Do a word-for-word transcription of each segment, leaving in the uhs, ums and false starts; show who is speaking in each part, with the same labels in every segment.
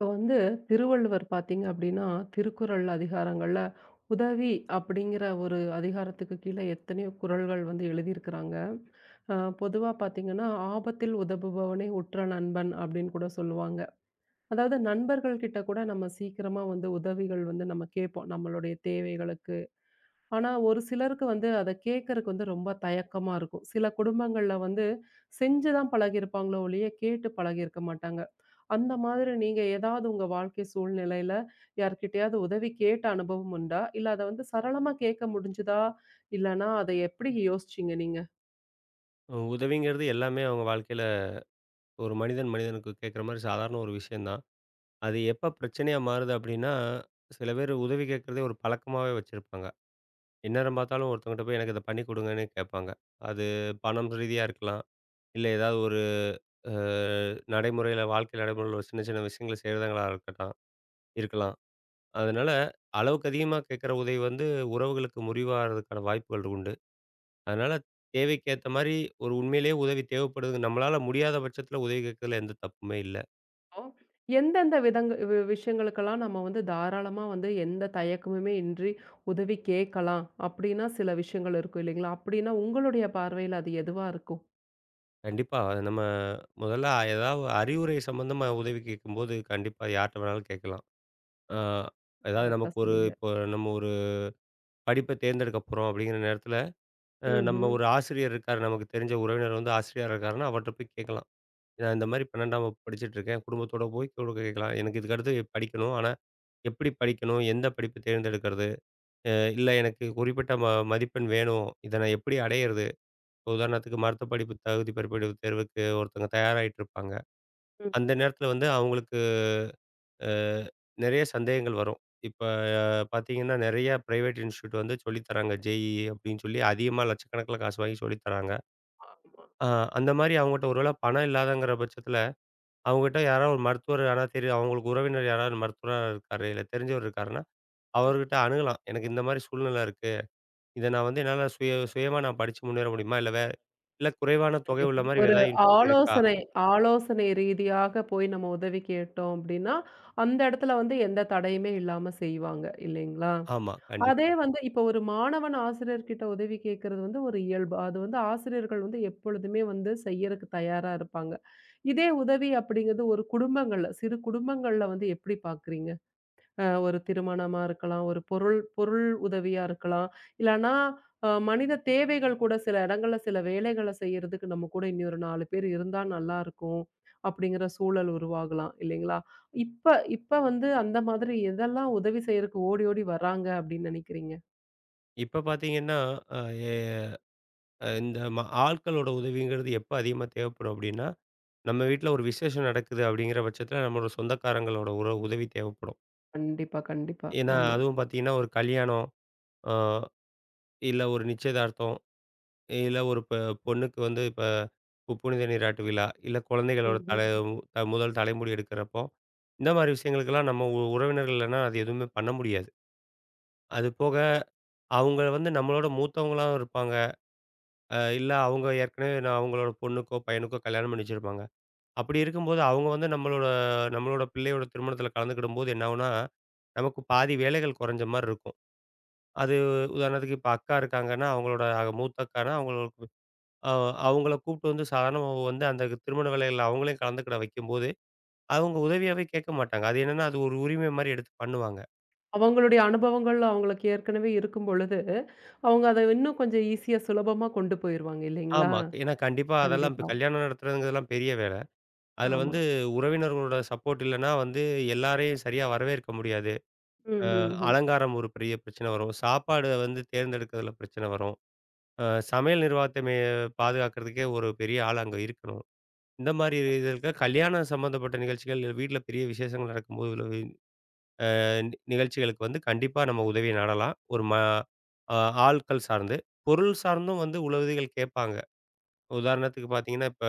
Speaker 1: இப்போ வந்து திருவள்ளுவர் பார்த்தீங்க அப்படின்னா, திருக்குறள் அதிகாரங்கள்ல உதவி அப்படிங்கிற ஒரு அதிகாரத்துக்கு கீழே எத்தனையோ குறள்கள் வந்து எழுதியிருக்கிறாங்க. அ பொதுவா பார்த்தீங்கன்னா, "ஆபத்தில் உதவுபவனே உற்ற நண்பன்" அப்படின்னு கூட சொல்லுவாங்க. அதாவது நண்பர்கள் கிட்ட கூட நம்ம சீக்கிரமா வந்து உதவிகள் வந்து நம்ம கேட்போம். நம்மளுடைய தேவைகளுக்கு, ஆனா, ஒரு சிலருக்கு வந்து அத கேட்கறக்கு வந்து ரொம்ப தயக்கமா இருக்கும். சில குடும்பங்கள்ல வந்து செஞ்சு தான் பழகியிருப்பாங்களோ ஒழிய, கேட்டு பழகியிருக்க மாட்டாங்க. அந்த மாதிரி நீங்க ஏதாவது உங்க வாழ்க்கை சூழ்நிலையில யார்கிட்டயாவது உதவி கேட்ட அனுபவம் உண்டா? இல்ல அத வந்து சரளமா கேட்க முடிஞ்சுதா? இல்லன்னா அத எப்படி யோசிச்சீங்க நீங்க?
Speaker 2: உதவிங்கிறது எல்லாமே அவங்க வாழ்க்கையில ஒரு மனிதன் மனிதனுக்கு கேட்குற மாரி சாதாரண ஒரு விஷயம் தான். அது எப்ப பிரச்சனையா மாறுது அப்டின்னா, சில பேர் உதவி கேட்கிறதே ஒரு பழக்கமாவே வச்சிருப்பாங்க. எந்நேரம் பார்த்தாலும் ஒருத்தவங்கட்ட போய் எனக்கு இத பண்ணி குடுங்கன்னு கேட்பாங்க. அது பணம் ரீதியா இருக்கலாம். இல்ல ஏதாவது ஒரு அ நடைமுறையில வாழ்க்கை நடைமுறையில ஒரு சின்ன சின்ன விஷயங்கள செய்றதங்களா இருக்கட்டும் இருக்கலாம். அதனால அளவுக்கு அதிகமா கேட்குற உதவி வந்து உறவுகளுக்கு முறிவாகிறதுக்கான வாய்ப்புகள் உண்டு. அதனால தேவைக்கேத்த மாரி ஒரு உண்மையிலேயே உதவி தேவைப்படுது. நம்மளால முடியாத பட்சத்தில உதவி கேட்கறதுல எந்த தப்புமே இல்ல.
Speaker 1: ஓ. எந்தெந்த விதங்க வி விஷயங்களுக்கெல்லாம் நம்ம வந்து தாராளமா வந்து எந்த தயக்கமுமே இன்றி உதவி கேட்கலாம் அப்படின்னா, சில விஷயங்கள் இருக்கும் இல்லைங்களா? அப்படின்னா உங்களுடைய பார்வையில அது எதுவா இருக்கும்?
Speaker 2: கண்டிப்பா அத நம்ம முதல்ல ஏதாவது அறிவுரை சம்மந்தமா உதவி கேட்கும்போது கண்டிப்பா யார்ட்ட வேணாலும் கேட்கலாம். ஆ ஏதாவது
Speaker 1: கரெக்ட்டா
Speaker 2: நமக்கு ஒரு
Speaker 1: சொன்னீங்க.
Speaker 2: இப்போ நம்ம ஒரு படிப்ப தேர்ந்தெடுக்க போறோம் அப்படிங்கிற நேரத்தில, அ நம்ம
Speaker 1: ம்ஹ்ம்.
Speaker 2: ஒரு ஆசிரியர் இருக்காரு. நமக்கு தெரிஞ்ச உறவினர் வந்து ஆசிரியரா இருக்காருன்னா, அவர்ட்ட போய் கேட்கலாம். நான் இந்த மாரி பன்னிரெண்டாம் வகுப்பு படிச்சுட்டு இருக்கேன். குடும்பத்தோட போய் கூட கேட்கலாம். எனக்கு இதுக்கு அடுத்து படிக்கணும். ஆனா எப்படி படிக்கணும்? எந்த படிப்பு தேர்ந்தெடுக்கிறது? அ இல்ல எனக்கு குறிப்பிட்ட ம மதிப்பெண் வேணும். இத நான் எப்படி அடையிறது? இப்ப உதாரணத்துக்கு மருத்துவ படிப்பு தகுதி பிற்படிவு தேர்வுக்கு ஒருத்தங்க தயாராயிட்டு இருப்பாங்க.
Speaker 1: ம்.
Speaker 2: அந்த நேரத்தில வந்து அவங்களுக்கு அ நெறைய சந்தேகங்கள் வரும். இப்ப பார்த்தீங்கன்னா, நெறைய பிரைவேட் இன்ஸ்டிடியூட் வந்து சொல்லி தராங்க. J E E அப்படின்னு சொல்லி அதிகமா லட்சக்கணக்கில காசு வாங்கி சொல்லி தராங்க.
Speaker 1: ஆமா.
Speaker 2: அ அந்த மாரி அவங்கட்ட ஒரு வேள பணம் இல்லாதங்கிற பட்சத்தில, அவங்ககிட்ட யாராவது ஒரு மருத்துவர் யாராவது தெரியும் அவங்களுக்கு உறவினர் யாராவது மருத்துவரா இருக்காரு, இல்ல தெரிஞ்சவர் இருக்காருன்னா,
Speaker 1: ம்.
Speaker 2: அவர்கிட்ட அணுகலாம். எனக்கு இந்த மாரி சூழ்நிலை இருக்கு. இத நான் வந்து என்னால சுய சுயமா நான் படிச்சு முன்னேற முடியுமா? இல்ல வே இல்ல குறைவான தொகை
Speaker 1: கண்டிப்பா. கண்டிப்பா.
Speaker 2: உள்ள மாரி
Speaker 1: ஒரு
Speaker 2: ஏதாவது இன்ஸ்டிடியூட் இருக்கா?
Speaker 1: ஆலோசனை ஆலோசனை ரீதியாக போய் நம்ம உதவி கேட்டோம் அப்டின்னா, அந்த இடத்துல வந்து எந்த தடையுமே இல்லாம செய்வாங்க இல்லைங்களா?
Speaker 2: ஆமா,
Speaker 1: அதே
Speaker 2: கண்டிப்பா.
Speaker 1: வந்து இப்ப ஒரு மாணவன் ஆசிரியர்கிட்ட உதவி கேட்கறது வந்து ஒரு இயல்பு. அது வந்து ஆசிரியர்கள் வந்து எப்பொழுதுமே வந்து செய்யறக்கு தயாரா இருப்பாங்க. இதே உதவி அப்படிங்கிறது ஒரு குடும்பங்கள்ல சிறு குடும்பங்கள்ல வந்து எப்படி பார்க்குறீங்க? அ ஒரு திருமணமா இருக்கலாம், ஒரு பொருள் பொருள் உதவியா இருக்கலாம். இல்லன்னா அ மனித தேவைகள் கூட சில இடங்கள்ல சில வேலைகள செய்யறதுக்கு நம்ம கூட இனி ஒரு நாலு பேர் இருந்தா நல்லா இருக்கும். அப்படிங்கிற சூழல் உருவாகலாம் இல்லைங்களா? இப்ப இப்ப வந்து அந்த மாதிரி எதெல்லாம் உதவி செய்யறக்கு ஓடி ஓடி வராங்க அப்படின்னு நினைக்கிறீங்க?
Speaker 2: இப்ப பாத்தீங்கன்னா, அ எ இந்த ம ஆட்களோட உதவிங்கிறது எப்ப அதிகமா தேவைப்படும் அப்டின்னா, நம்ம வீட்ல ஒரு விசேஷம் நடக்குது அப்டிங்கிற பட்சத்துல நம்மளோட சொந்தக்காரங்களோட ஒரு உதவி தேவைப்படும்.
Speaker 1: கண்டிப்பா, கண்டிப்பா.
Speaker 2: ஏன்னா,
Speaker 1: ஆமா.
Speaker 2: அதுவும் பாத்தீங்கன்னா, ஒரு கல்யாணம், அ இல்ல ஒரு நிச்சயதார்த்தம் இல்ல ஒரு பெ பொண்ணுக்கு வந்து இப்ப பு புனித நீராட்டு விழா, இல்ல குழந்தைகளோட தலை
Speaker 1: ம்ஹ்ம்.
Speaker 2: த முதல் தலைமுடி எடுக்கிறப்போ, இந்த மாரி விஷயங்களுக்கெல்லாம் நம்ம உ உறவினர்கள் இல்லன்னா அது எதுவுமே பண்ண முடியாது. அது போக அவங்க வந்து நம்மளோட மூத்தவங்களாவும் இருப்பாங்க. அ இல்ல அவங்க ஏற்கனவே நான் அவங்களோட பொண்ணுக்கோ, பையனுக்கோ கல்யாணம் பண்ணி வச்சிருப்பாங்க. அப்படி இருக்கும்போது அவங்க வந்து நம்மளோட நம்மளோட பிள்ளையோட திருமணத்தில கலந்துக்கிடும்போது என்ன ஆகும்னா, நமக்கு பாதி வேலைகள் குறைஞ்ச மாரி இருக்கும். அது உதாரணத்துக்கு இப்ப அக்கா இருக்காங்கன்னா, அவங்களோட அக- மூத்த அக்கான்னா அவங்களுக்கு அ அவங்கள கூப்பிட்டு வந்து சாதாரணமா வந்து அந்த திருமண வேலைகள்ல அவங்களையும் கலந்துக்கிட வைக்கும்போது, அவங்க உதவியாவே கேட்க மாட்டாங்க. அது என்னன்னா, அது ஒரு உரிமை மாரி எடுத்து பண்ணுவாங்க.
Speaker 1: அவங்களுடைய அனுபவங்கள் அவங்களுக்கு ஏற்கனவே இருக்கும் பொழுது, அவங்க அத இன்னும் கொஞ்சம் ஈஸியா சுலபமா கொண்டு போயிருவாங்க இல்லைங்களா?
Speaker 2: ஆமா. ஏன்னா கண்டிப்பா அதெல்லாம் இப்ப
Speaker 1: கண்டிப்பா.
Speaker 2: கல்யாணம் நடத்துறதுங்கிறதெல்லாம் பெரிய வேலை. அதுல
Speaker 1: ஆமா.
Speaker 2: வந்து உறவினர்களோட சப்போர்ட் இல்லன்னா வந்து எல்லாரையும் சரியா வரவேற்க முடியாது. அ
Speaker 1: ம், ம், ம்.
Speaker 2: அலங்காரம் ஒரு பெரிய பிரச்சனை வரும். சாப்பாடு வந்து தேர்ந்தெடுக்கிறதுல பிரச்சனை வரும். அ சமையல் நிர்வாகத்த மே பாதுகாக்கிறதுக்கே ஒரு பெரிய ஆள் அங்க இருக்கணும். இந்த மாரி இது இருக்க கல்யாணம் சம்மந்தப்பட்ட நிகழ்ச்சிகள் வீட்ல பெரிய விசேஷங்கள் நடக்கும்போது நி நிகழ்ச்சிகளுக்கு வந்து கண்டிப்பா நம்ம உதவிய நாடலாம். ஒரு ம அ ஆள்கள் சார்ந்து. பொருள் சார்ந்தும் வந்து உதவிகள் கேட்பாங்க. உதாரணத்துக்கு பார்த்தீங்கன்னா, இப்ப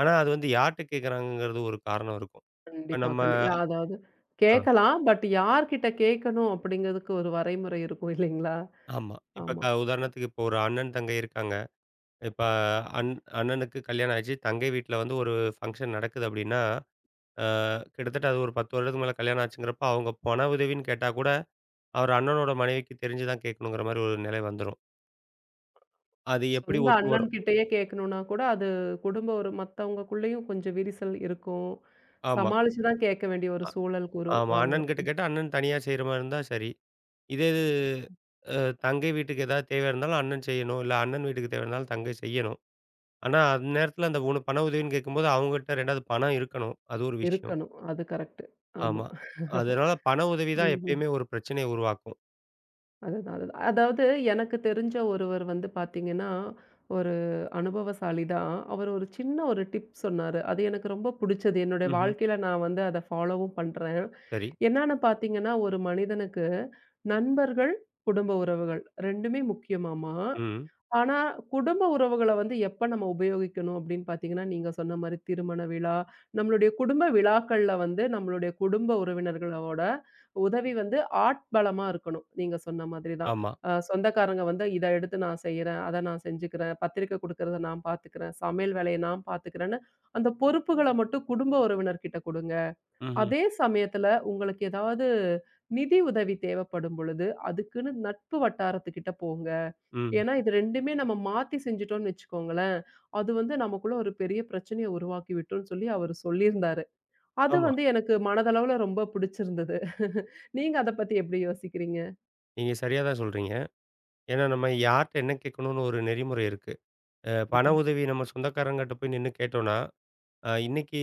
Speaker 2: ஆனா அது வந்து யார்ட்ட கேட்குறாங்கங்கிறது ஒரு காரணம் இருக்கும். இப்ப
Speaker 1: கண்டிப்பா,
Speaker 2: நம்ம
Speaker 1: கண்டி யா அதாவது
Speaker 2: அ
Speaker 1: கேட்கலாம். பட் யார்கிட்ட கேட்கணும் அப்படிங்கிறதுக்கு ஒரு வரைமுறை இருக்கும் இல்லைங்களா?
Speaker 2: ஆமா. இப்ப
Speaker 1: ஆமா.
Speaker 2: க உதாரணத்துக்கு இப்போ ஒரு அண்ணன், தங்கை இருக்காங்க. இப்ப அண் அண்ணனுக்கு கல்யாணம் ஆச்சு. தங்கை வீட்ல வந்து ஒரு ஃபங்ஷன் நடக்குது அப்படின்னா, அ கிட்டத்தட்ட அது ஒரு பத்து வருடத்துக்கு மேல கல்யாணம் ஆச்சுங்கிறப்ப, அவங்க பண உதவின்னு கேட்டா கூட, அவர் அண்ணனோட மனைவிக்கு தெரிஞ்சு தான் கேட்கணுங்கிற மாரி ஒரு நிலை வந்துரும். அது எப்படி
Speaker 1: சொந்த
Speaker 2: ஒத்து
Speaker 1: அண்ணன்
Speaker 2: வரும்?
Speaker 1: கிட்டயே கேட்கணும்னா கூட அது குடும்ப ஒரு மத்தவங்கக்குள்ளேயும் கொஞ்சம் விரிசல் இருக்கும்.
Speaker 2: ஆமா,
Speaker 1: சமாளிச்சு தான் கேட்க வேண்டிய ஒரு சூழலுக்கு
Speaker 2: ஆமா.
Speaker 1: உருவாங்க.
Speaker 2: அண்ணன்கிட்ட கேட்டா, அண்ணன் தனியா செய்ற மாரி இருந்தா சரி. இதே இது
Speaker 1: கண்டிப்பா
Speaker 2: அ தங்கை வீட்டுக்கு ஏதாவது தேவை இருந்தாலும் அண்ணன் செய்யணும். இல்ல அண்ணன் வீட்டுக்கு தேவை இருந்தாலும் தங்கை செய்யணும். ஆனா, அந்நேரத்துல அந்த உன பண உதவின்னு கேட்கும்போது, அவங்ககிட்ட ரெண்டாவது பணம் இருக்கணும். அது ஒரு விஷயம்.
Speaker 1: இருக்கணும். அது கரெக்ட்டு. ஆமா.
Speaker 2: ஆமா. அதனால பண உதவி தான்
Speaker 1: ம்ஹ்ம்.
Speaker 2: எப்பயுமே ஒரு பிரச்சனைய உருவாக்கும்.
Speaker 1: அதுதான், அதுதான். அதாவது எனக்கு தெரிஞ்ச ஒருவர் வந்து பார்த்தீங்கன்னா, ஒரு அனுபவசாலி தான். அவர் ஒரு சின்ன ஒரு டிப் சொன்னாரு. அது எனக்கு ரொம்ப புடிச்சது. என்னுடைய
Speaker 2: ம்ஹ்ம்.
Speaker 1: வாழ்க்கையில நான் வந்து அத ஃபாலோவும் பண்றேன்.
Speaker 2: சரி.
Speaker 1: என்னான்னு பார்த்தீங்கன்னா, ஒரு மனிதனுக்கு நண்பர்கள், குடும்ப உறவுகள் ரெண்டுமே முக்கியமாமா.
Speaker 2: ம்.
Speaker 1: ஆனா, குடும்ப உறவுகள வந்து எப்ப நம்ம உபயோகிக்கணும் அப்படின்னு பார்த்தீங்கன்னா, நீங்க சொன்ன மாரி திருமண விழா, நம்மளுடைய குடும்ப விழாக்கள்ல வந்து நம்மளுடைய குடும்ப உறவினர்களோட உதவி வந்து ஆட்பலமா இருக்கணும். நீங்க சொன்ன மாதிரி தான்.
Speaker 2: ஆமா.
Speaker 1: அ சொந்தக்காரங்க வந்து இத எடுத்து நான் செய்றேன், அத நான் செஞ்சுக்கிறேன், பத்திரிக்கை குடுக்கறத நான் பார்த்துக்கிறேன், சமையல் வேலைய நான் பார்த்துக்கிறேன்னு அந்த பொறுப்புகள மட்டும் குடும்ப உறவினர்கிட்ட குடுங்க.
Speaker 2: ம்ஹ்ம்.
Speaker 1: அதே சமயத்துல உங்களுக்கு ஏதாவது நிதி உதவி தேவைப்படும் பொழுது, அதுக்குன்னு நட்பு வட்டாரத்துக்கிட்ட போங்க.
Speaker 2: ம்.
Speaker 1: ஏன்னா, இது ரெண்டுமே நம்ம மாத்தி செஞ்சுட்டோம்னு வச்சுக்கோங்களேன், அது வந்து நமக்குள்ள ஒரு பெரிய பிரச்சனைய உருவாக்கி விட்டுரும்ன்னு சொல்லி அவரு சொல்லியிருந்தாரு. அது
Speaker 2: ஆமா.
Speaker 1: வந்து எனக்கு மனதளவுல ரொம்ப புடிச்சிருந்தது. நீங்க அத பத்தி எப்படி யோசிக்கிறீங்க?
Speaker 2: நீங்க சரியா தான் சொல்றீங்க. ஏன்னா, நம்ம யார்ட்ட என்ன கேட்கணும்னு ஒரு நெறிமுறை இருக்கு. அ பண
Speaker 1: கண்டிப்பா.
Speaker 2: உதவி நம்ம சொந்தக்காரங்ககிட்ட போய் நின்னு கேட்டோம்னா அ இன்னைக்கு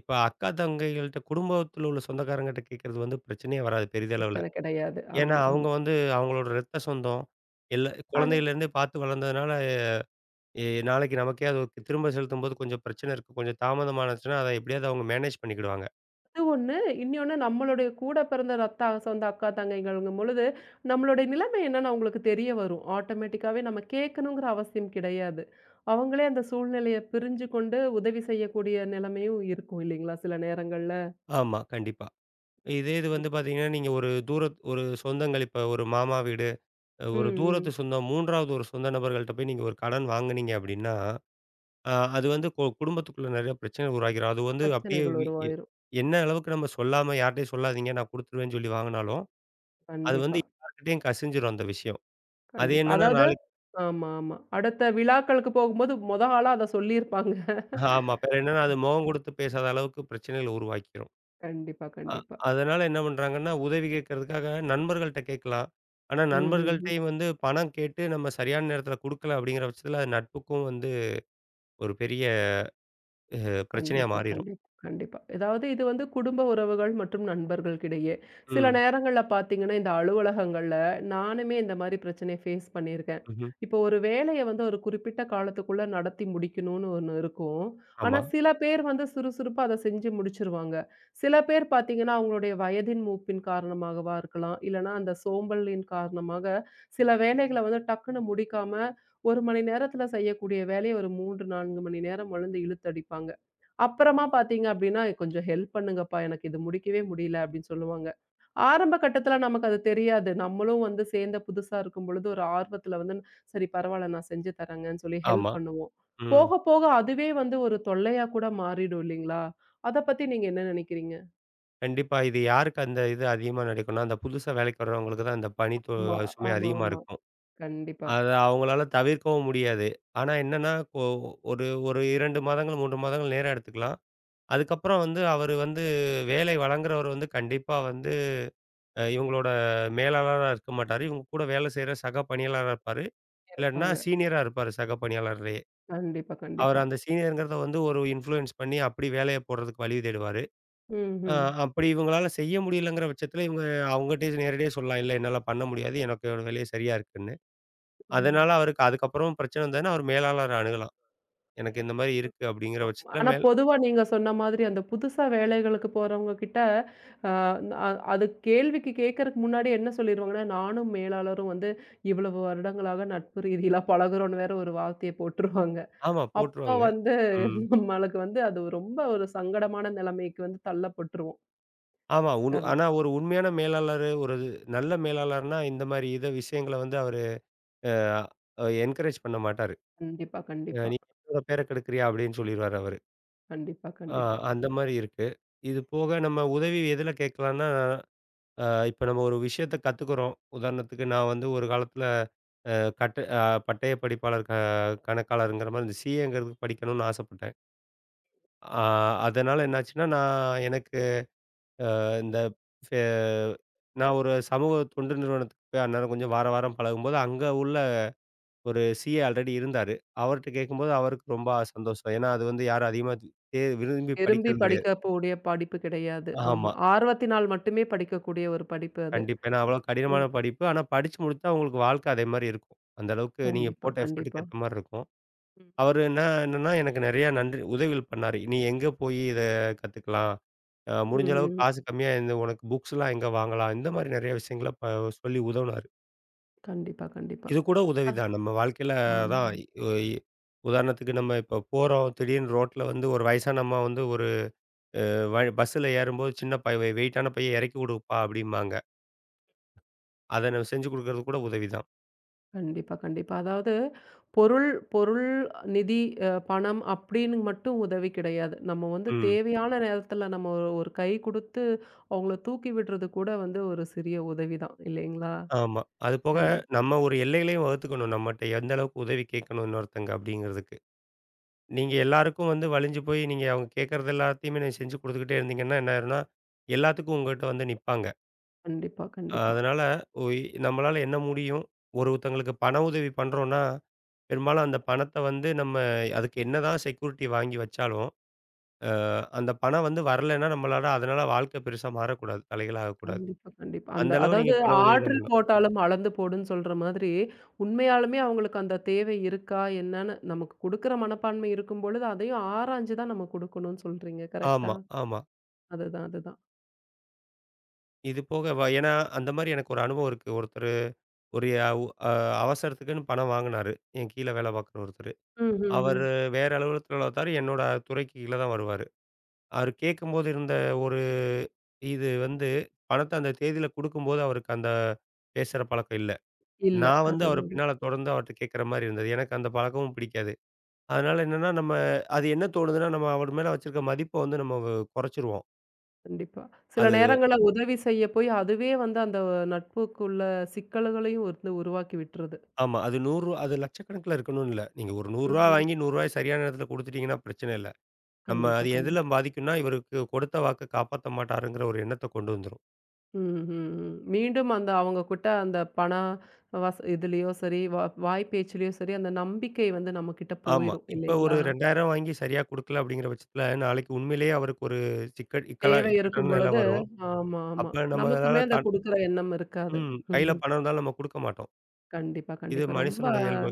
Speaker 2: இப்ப அக்கா, தங்கைகள்ட்ட குடும்பத்துல உள்ள சொந்தக்காரங்ககிட்ட கேட்கறது வந்து பிரச்சனையே வராது பெரிதளவுல.
Speaker 1: பிரச்சனை கிடையாது.
Speaker 2: ஏன்னா,
Speaker 1: ஆமா, ஆமா.
Speaker 2: அவங்க வந்து அவங்களோட ரத்த சொந்தம். எல்லா
Speaker 1: ஆனா
Speaker 2: குழந்தையிலேருந்தே பார்த்து வளர்ந்ததுனால, எ நாளைக்கு நமக்கே அது ஒரு திரும்ப செலுத்தும்போது கொஞ்சம் பிரச்சனை இருக்கு. கொஞ்சம் தாமதமானுச்சுன்னா, அத எப்படியாவது அவங்க மேனேஜ் பண்ணிக்கிடுவாங்க.
Speaker 1: அது ஒண்ணு. இன்னொன்னு நம்மளுடைய கூட பிறந்த ரத்த அ- சொந்த அக்கா, தங்கைகள்ங்கும் பொழுது, நம்மளுடைய நிலைமை என்னன்னு அவங்களுக்கு தெரிய வரும். ஆட்டோமேட்டிக்காவே நம்ம கேட்கணுங்கிற அவசியம் கிடையாது. அவங்களே அந்த சூழ்நிலைய பிரிஞ்சு கொண்டு உதவி செய்யக்கூடிய நிலைமையும் இருக்கும் இல்லைங்களா? சில நேரங்கள்ல.
Speaker 2: ஆமா, கண்டிப்பா. இதே இது வந்து பார்த்தீங்கன்னா, நீங்க ஒரு தூரத் ஒரு சொந்தங்கள் இப்ப ஒரு மாமா வீடு, அஹ்
Speaker 1: ம்,
Speaker 2: ஒரு தூரத்து
Speaker 1: ம்.
Speaker 2: சொந்தம், மூன்றாவது ஒரு சொந்த நபர்கள்ட்ட போய் நீங்க ஒரு கடன் வாங்குனீங்க அப்படின்னா ஆ அது வந்து கு குடும்பத்துக்குள்ள நெறைய பிரச்சனை உருவாக்கிரும். அது வந்து அப்படியே
Speaker 1: பிரச்சனைகள்
Speaker 2: வி எ
Speaker 1: உருவாயிரும்.
Speaker 2: என்ன அளவுக்கு நம்ம சொல்லாம யார்ட்டயும் சொல்லாதீங்க, நான் குடுத்துருவேன்னு சொல்லி வாங்குனாலும், அது வந்து
Speaker 1: கண்டிப்பா,
Speaker 2: யார்கிட்டயும் கசிஞ்சிரும் அந்த விஷயம். அது
Speaker 1: கண்டிப்பா.
Speaker 2: என்னன்னா
Speaker 1: அதாவது
Speaker 2: நாளைக்கு
Speaker 1: ஆமா, ஆமா. அடுத்த விழாக்களுக்கு போகும்போது மொத ஆளா அத சொல்லியிருப்பாங்க.
Speaker 2: ஆமா. வேற என்னன்னா அது முகம் குடுத்து பேசாத அளவுக்கு பிரச்சனைகள உருவாக்கிரும்.
Speaker 1: கண்டிப்பா,
Speaker 2: அ
Speaker 1: கண்டிப்பா.
Speaker 2: அதனால என்ன பண்றாங்கன்னா, உதவி கேட்கறதுக்காக நண்பர்கள்ட்ட கேட்கலாம். ஆனா
Speaker 1: ம், ம், ம்.
Speaker 2: நண்பர்கள்ட்டயும் வந்து பணம் கேட்டு நம்ம சரியான நேரத்தில குடுக்கல அப்படிங்கிற பட்சத்தில, அது நட்புக்கும் வந்து ஒரு பெரிய பிரச்சனையா
Speaker 1: கண்டிப்பா,
Speaker 2: மாறிரும்.
Speaker 1: கண்டிப்பா, கண்டிப்பா. ஏதாவது இது வந்து குடும்ப உறவுகள் மற்றும் நண்பர்களுக்கிடையே. சில
Speaker 2: ம்.
Speaker 1: நேரங்கள்ல பார்த்தீங்கன்னா, இந்த அலுவலகங்கள்ல நானுமே இந்த மாரி பிரச்சனைய ஃபேஸ் பண்ணியிருக்கேன்.
Speaker 2: ம்ஹ்ம்.
Speaker 1: இப்போ ஒரு வேலைய வந்து ஒரு குறிப்பிட்ட காலத்துக்குள்ள நடத்தி முடிக்கணும்னு ஒண்ணு இருக்கும். ஆனா
Speaker 2: ஆமா,
Speaker 1: சில பேர் வந்து சுறுசுறுப்பா அத செஞ்சு முடிச்சுருவாங்க. சில பேர் பார்த்தீங்கன்னா, அவங்களுடைய வயதின் மூப்பின் காரணமாகவா இருக்கலாம். இல்லன்னா அந்த சோம்பலின் காரணமாக சில வேலைகள வந்து டக்குனு முடிக்காம ஒரு மணி நேரத்துல செய்யக்கூடிய வேலைய ஒரு மூன்று, நான்கு மணி நேரம் வந்து இழுத்தடிப்பாங்க. அப்புறமா பார்த்தீங்க அப்படின்னா, "கொஞ்சம் ஹெல்ப் பண்ணுங்கப்பா, எனக்கு இது முடிக்கவே முடியல" அப்படின்னு சொல்லுவாங்க. ஆரம்ப கட்டத்தில நமக்கு அது தெரியாது. நம்மளும் வந்து சேர்ந்த புதுசா இருக்கும்பொழுது, ஒரு ஆர்வத்தில வந்து, "சரி பரவால்ல நான் செஞ்சு தரேங்கன்னு" சொல்லி ஹெல்ப்
Speaker 2: ஆமா.
Speaker 1: பண்ணுவோம்.
Speaker 2: ம்.
Speaker 1: போக போக அதுவே வந்து ஒரு தொல்லையா கூட மாறிடும் இல்லைங்களா? அத பத்தி நீங்க என்ன நினைக்கிறீங்க?
Speaker 2: கண்டிப்பா. இது யாருக்கு அந்த இது அதிகமா நடக்கும்னா, அந்த புதுசா வேலைக்கு வரவங்களுக்கு தான் அந்த பணி தொ
Speaker 1: ஆமா,
Speaker 2: சுமை
Speaker 1: ஆமா,
Speaker 2: அதிகமா
Speaker 1: ஆமா.
Speaker 2: இருக்கும்.
Speaker 1: கண்டிப்பா.
Speaker 2: அத அவங்களால தவிர்க்கவும் முடியாது. ஆனா என்னன்னா, கொ ஒரு ஒரு இரண்டு மாதங்கள், மூன்று மாதங்கள் நேரம் எடுத்துக்கலாம். அதுக்கப்புறம் வந்து அவரு வந்து வேலை வழங்குறவர் வந்து கண்டிப்பா வந்து அ இவங்களோட மேலாளரா இருக்க மாட்டாரு. இவங்க கூட வேலை செய்ற சக பணியாளரா இருப்பாரு. இல்லாட்டினா
Speaker 1: இருப்பாங்க.
Speaker 2: சீனியரா இருப்பாரு சக பணியாளர்லயே.
Speaker 1: கண்டிப்பா,
Speaker 2: அவர்
Speaker 1: கண்டிப்பா.
Speaker 2: அந்த சீனியர்ங்கிறத வந்து ஒரு இன்ஃப்ளூயன்ஸ் பண்ணி அப்படி வேலைய போடுறதுக்கு வழி தேடுவாரு. அ
Speaker 1: ம்ஹ்ம்.
Speaker 2: அப்படி இவங்களால செய்ய முடியலங்கிற பட்சத்தில, இவங்க அவங்கட்டயே நேரடியா சொல்லலாம். "இல்ல என்னால பண்ண முடியாது. எனக்கு என்னோட வேலை சரியா இருக்குன்னு."
Speaker 1: ம்.
Speaker 2: அதனால அவருக்கு அதுக்கப்புறம் பிரச்சனை வந்ததுன்னா, அவர் மேலாளர அணுகலாம். "எனக்கு இந்த
Speaker 1: கண்டிப்பா.
Speaker 2: மாரி இருக்கு." அப்படிங்கிற
Speaker 1: ஆமா.
Speaker 2: பட்சத்தில
Speaker 1: ஆனா
Speaker 2: மேல்
Speaker 1: பொதுவா நீங்க சொன்ன மாதிரி அந்த புதுசா வேலைகளுக்கு போறவங்க கிட்ட, அ அ அது கேள்விக்கு கேட்கறக்கு முன்னாடி என்ன சொல்லிருவாங்கன்னா, நானும் மேலாளரும் வந்து இவ்வளவு வருடங்களாக நட்பு ரீதியில பழகுறோம்ன்னு வேற ஒரு வார்த்தைய போட்டுருவாங்க.
Speaker 2: ஆமா
Speaker 1: அப்ப
Speaker 2: போட்டுருவாங்க.
Speaker 1: வந்து
Speaker 2: ம்.
Speaker 1: நம்மளுக்கு வந்து அது ரொம்ப ஒரு சங்கடமான நிலைமைக்கு வந்து தள்ளப்பட்டுருவோம்.
Speaker 2: ஆமா. உனு
Speaker 1: கண்
Speaker 2: ஆனா ஒரு உண்மையான மேலாளரு, ஒரு நல்ல மேலாளர்னா, இந்த மாரி இத விஷயங்கள வந்து அவரு அ என்கரேஜ் பண்ண மாட்டாரு.
Speaker 1: கண்டிப்பா,
Speaker 2: அ
Speaker 1: கண்டிப்பா.
Speaker 2: "நீ என்னோட பேர கெடுக்குறியா?" அப்படின்னு சொல்லிருவாரு அவரு.
Speaker 1: கண்டிப்பா,
Speaker 2: ஆ
Speaker 1: கண்டிப்பா.
Speaker 2: அந்த மாரி இருக்கு. இது போக நம்ம உதவி எதுல கேட்கலான்னா இப்போ நம்ம ஒரு விஷயத்த கத்துக்கிறோம். உதாரணத்துக்கு நான் வந்து ஒரு காலத்தில அ கட்ட அ பட்டய படிப்பாளர் க கணக்காளருங்கிற மாரி இந்த சிஏங்கிறது படிக்கணும்னு ஆசைப்பட்டேன். ஆ அதனால என்னாச்சுன்னா, நான் எனக்கு இந்த ஃபே நான் ஒரு சமூக தொண்டு நிறுவனத்துக்கு போய் அந்நேரம் கொஞ்சம் வார வாரம் பழகும்போது, அங்க உள்ள ஒரு சிஏ ஆல்ரெடி இருந்தாரு. அவர்ட்ட கேட்கும்போது அவருக்கு ரொம்ப சந்தோஷம். ஏன்னா, அது வந்து யாரும் அதிகமா தே விரும்பி
Speaker 1: விரும்பி
Speaker 2: படிக்கிறது கிடையாது.
Speaker 1: படிக்கக்கூடிய படிப்பு கிடையாது. ஆமா.
Speaker 2: ஆமா.
Speaker 1: ஆர்வத்தினால் மட்டுமே படிக்கக்கூடிய ஒரு படிப்பு அது.
Speaker 2: கண்டிப்பா. ஏன்னா அவ்வளோ கடினமான
Speaker 1: ம்.
Speaker 2: படிப்பு. ஆனா படிச்சு முடிச்சா உங்களுக்கு வாழ்க்கை அதே மாரி இருக்கும். அந்த அளவுக்கு நீங்க
Speaker 1: கண்டிப்பா,
Speaker 2: போட்ட எஃபோர்ட்டுக்கு
Speaker 1: கண்டிப்பா.
Speaker 2: ஏத்த மாரி இருக்கும்.
Speaker 1: ம்.
Speaker 2: அவரு என்ன என்னன்னா எனக்கு நெறைய நன்றி உதவிகள் பண்ணாரு. நீ எங்க போய் இத கத்துக்கலாம்? அ முடிஞ்ச
Speaker 1: ம்.
Speaker 2: அளவு காசு
Speaker 1: ம்
Speaker 2: கம்மியா இந்த உனக்கு புக்ஸ்லாம் எங்க வாங்கலாம்? இந்த மாரி நெறைய விஷயங்கள ப சொல்லி உதவுனாரு.
Speaker 1: கண்டிப்பா, கண்டிப்பா.
Speaker 2: இது கூட உதவி
Speaker 1: அது
Speaker 2: தான். நம்ம வாழ்க்கையில
Speaker 1: ஆமா.
Speaker 2: தான் ஒ இ உதாரணத்துக்கு நம்ம இப்ப போறோம். திடீர்னு ரோட்ல வந்து ஒரு வயசான அம்மா வந்து ஒரு வ பஸ்ஸில ஏறும்போது சின்ன பை வெயிட்டான பைய இறக்கி விடுப்பா அப்டிம்பாங்க. அத நம்ம செஞ்சு குடுக்கறது கூட உதவி தான்.
Speaker 1: கண்டிப்பா, கண்டிப்பா. அதாவது பொருள் பொருள், நிதி, அ பணம் அப்படின்னு மட்டும் உதவி கிடையாது. நம்ம வந்து
Speaker 2: ம்.
Speaker 1: தேவையான நேரத்துல நம்ம ஒரு ஒரு கை குடுத்து அவங்கள தூக்கி விடுறது கூட வந்து ஒரு சிறிய உதவி தான் இல்லைங்களா?
Speaker 2: ஆமா. அது போக
Speaker 1: கண்டிப்பா,
Speaker 2: நம்ம ஒரு எல்லைகளையும் வகுத்துக்கணும். நம்மட்ட எந்த அளவுக்கு உதவி கேட்கணும் இன்னொருத்தங்க அப்படிங்கிறதுக்கு. நீங்க எல்லாருக்கும் வந்து வலிஞ்சு போய் நீங்க அவங்க கேட்கறது எல்லாத்தையுமே நீங்க செஞ்சு குடுத்துக்கிட்டே இருந்தீங்கன்னா, என்ன ஆயிரும்னா, எல்லாத்துக்கும் உங்ககிட்ட வந்து நிப்பாங்க.
Speaker 1: கண்டிப்பா, கண்டிப்பா.
Speaker 2: அதனால ஒய் நம்மளால என்ன முடியும்? ஒருத்தங்களுக்கு பண உதவி பண்றோம்னா, பெரும்பாலும் அந்த பணத்த வந்து நம்ம அதுக்கு என்னதான் செக்யூரிட்டி வாங்கி வச்சாலும், அ அந்த பணம் வந்து வரலைன்னா நம்மளால அதனால வாழ்க்கை பெருசா மாறக்கூடாது. தலைகீழா ஆகக்கூடாது.
Speaker 1: கண்டிப்பா, கண்டிப்பா.
Speaker 2: அந்த
Speaker 1: அந்த
Speaker 2: அளவு
Speaker 1: அதாவது
Speaker 2: நீங்க பண உதவி தான்
Speaker 1: ஆற்றில்
Speaker 2: பண்ணணும்.
Speaker 1: போட்டாலும் அளந்து போடுன்னு சொல்ற மாதிரி, உண்மையாலுமே அவங்களுக்கு அந்த தேவை இருக்கா என்னன்னு நமக்கு குடுக்குற மனப்பான்மை இருக்கும் பொழுது, அதையும் ஆராய்ஞ்சு தான் நம்ம குடுக்கணும்னு சொல்றீங்க. கரெக்ட்டா?
Speaker 2: ஆமா, ஆமா.
Speaker 1: அதுதான், அதுதான்.
Speaker 2: இது போக வ ஏன்னா, அந்த மாரி எனக்கு ஒரு அனுபவம் இருக்கு. ஒருத்தரு ஒரு அ உ அ அவசரத்துக்குன்னு பணம் வாங்குனாரு. என் கீழ வேல பார்க்குற ஒருத்தரு.
Speaker 1: ம்ஹ்ஹ்ம்.
Speaker 2: அவரு வேற அலுவலகத்துல உள்ளவரு என்னோட துறைக்கு கீழ தான் வருவாரு. அவரு கேட்கும்போது இருந்த ஒரு இது வந்து பணத்த அந்த தேதியில குடுக்கும்போது அவருக்கு அந்த பேசுற பழக்கம் இல்ல.
Speaker 1: இல்ல.
Speaker 2: நான் வந்து அவரு
Speaker 1: அதுதான்
Speaker 2: பின்னால தொடர்ந்து அவர்ட்ட கேட்குற மாரி இருந்தது. எனக்கு அந்த பழக்கமும் பிடிக்காது. அதனால என்னன்னா, நம்ம அது என்ன தோணுதுன்னா, நம்ம அவர் மேல வச்சிருக்க மதிப்ப வந்து நம்ம வ குறைச்சிருவோம்.
Speaker 1: கண்டிப்பா. சில நேரங்கள்ல உதவி செய்ய போய் அதுவே வந்து அந்த நட்புக்குள்ள சிக்கல்களையும் வந்து உருவாக்கி விட்டுருது.
Speaker 2: ஆமா. அது நூறு அது லட்சக்கணக்கில இருக்கணும்னு இல்ல. நீங்க ஒரு நூறு ரூபாய்
Speaker 1: ம்.
Speaker 2: வாங்கி நூறு ரூபாய் சரியான நேரத்தில குடுத்துட்டீங்கன்னா பிரச்சனை இல்ல. நம்ம
Speaker 1: கண்டிப்பா,
Speaker 2: அது எதுல
Speaker 1: கண்டிப்பா.
Speaker 2: பாதிக்கும்னா, இவருக்கு கொடுத்த வாக்க காப்பாத்த மாட்டாருங்கிற ஒரு எண்ணத்த கொண்டு வந்துரும்.
Speaker 1: ம், ம், ம். மீண்டும் அந்த அவங்க கிட்ட அந்த பண வச இதுலயோ சரி, வா வாய் பேச்சுலயோ சரி, அந்த நம்பிக்கை வந்து நம்மகிட்ட
Speaker 2: ஆமா.
Speaker 1: போயிரும்
Speaker 2: இப்ப ஒரு
Speaker 1: இல்லைங்களா?
Speaker 2: இரண்டாயிரம் வாங்கி சரியா குடுக்கல அப்படிங்கிற பட்சத்தில, நாளைக்கு உண்மையிலேயே அவருக்கு ஒரு சிக்கல் இக்கலா
Speaker 1: தேவை இருக்கும்
Speaker 2: இக்கட்டான நிலை
Speaker 1: பொழுது
Speaker 2: வரும்.
Speaker 1: ஆமா, ஆமா.
Speaker 2: அப்ப
Speaker 1: நமக்குமே
Speaker 2: நம்மளால
Speaker 1: அத
Speaker 2: கண்
Speaker 1: குடுக்குற எண்ணம் இருக்காது.
Speaker 2: ம். கையில பணம் இருந்தாலும் நம்ம குடுக்க மாட்டோம்.
Speaker 1: கண்டிப்பா,
Speaker 2: இது
Speaker 1: கண்டிப்பா. ரொம்ப
Speaker 2: மனுஷனோட இயல்பு.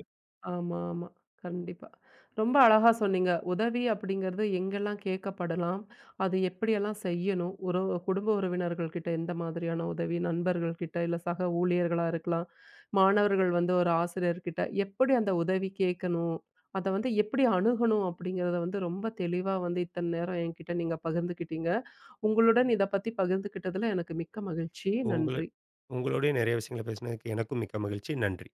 Speaker 1: ஆமா, ஆமா. கண்டிப்பா. ரொம்ப அழகா சொன்னீங்க. உதவி அப்படிங்கிறது எங்கெல்லாம் கேட்கப்படலாம்? அது எப்படியெல்லாம் செய்யணும்? ஒரு குடும்ப உறவினர்கள் கிட்ட எந்த மாதிரியான உதவி? நண்பர்கள் கிட்ட, இல்ல சக ஊழியர்களா இருக்கலாம். மாணவர்கள் வந்து ஒரு ஆசிரியர்கிட்ட எப்படி அந்த உதவி கேட்கணும்? அத வந்து எப்படி அணுகணும்? அப்படிங்கிறத வந்து ரொம்ப தெளிவா வந்து இத்தன நேரம் என்கிட்ட நீங்க பகிர்ந்துக்கிட்டீங்க. உங்களுடன் இத பத்தி பகிர்ந்துக்கிட்டதுல எனக்கு மிக்க மகிழ்ச்சி.
Speaker 2: உங்களு
Speaker 1: நன்றி.
Speaker 2: உங்களோடயே நெறைய விஷயங்கள பேசினதுக்கு எனக்கும் மிக்க மகிழ்ச்சி. நன்றி.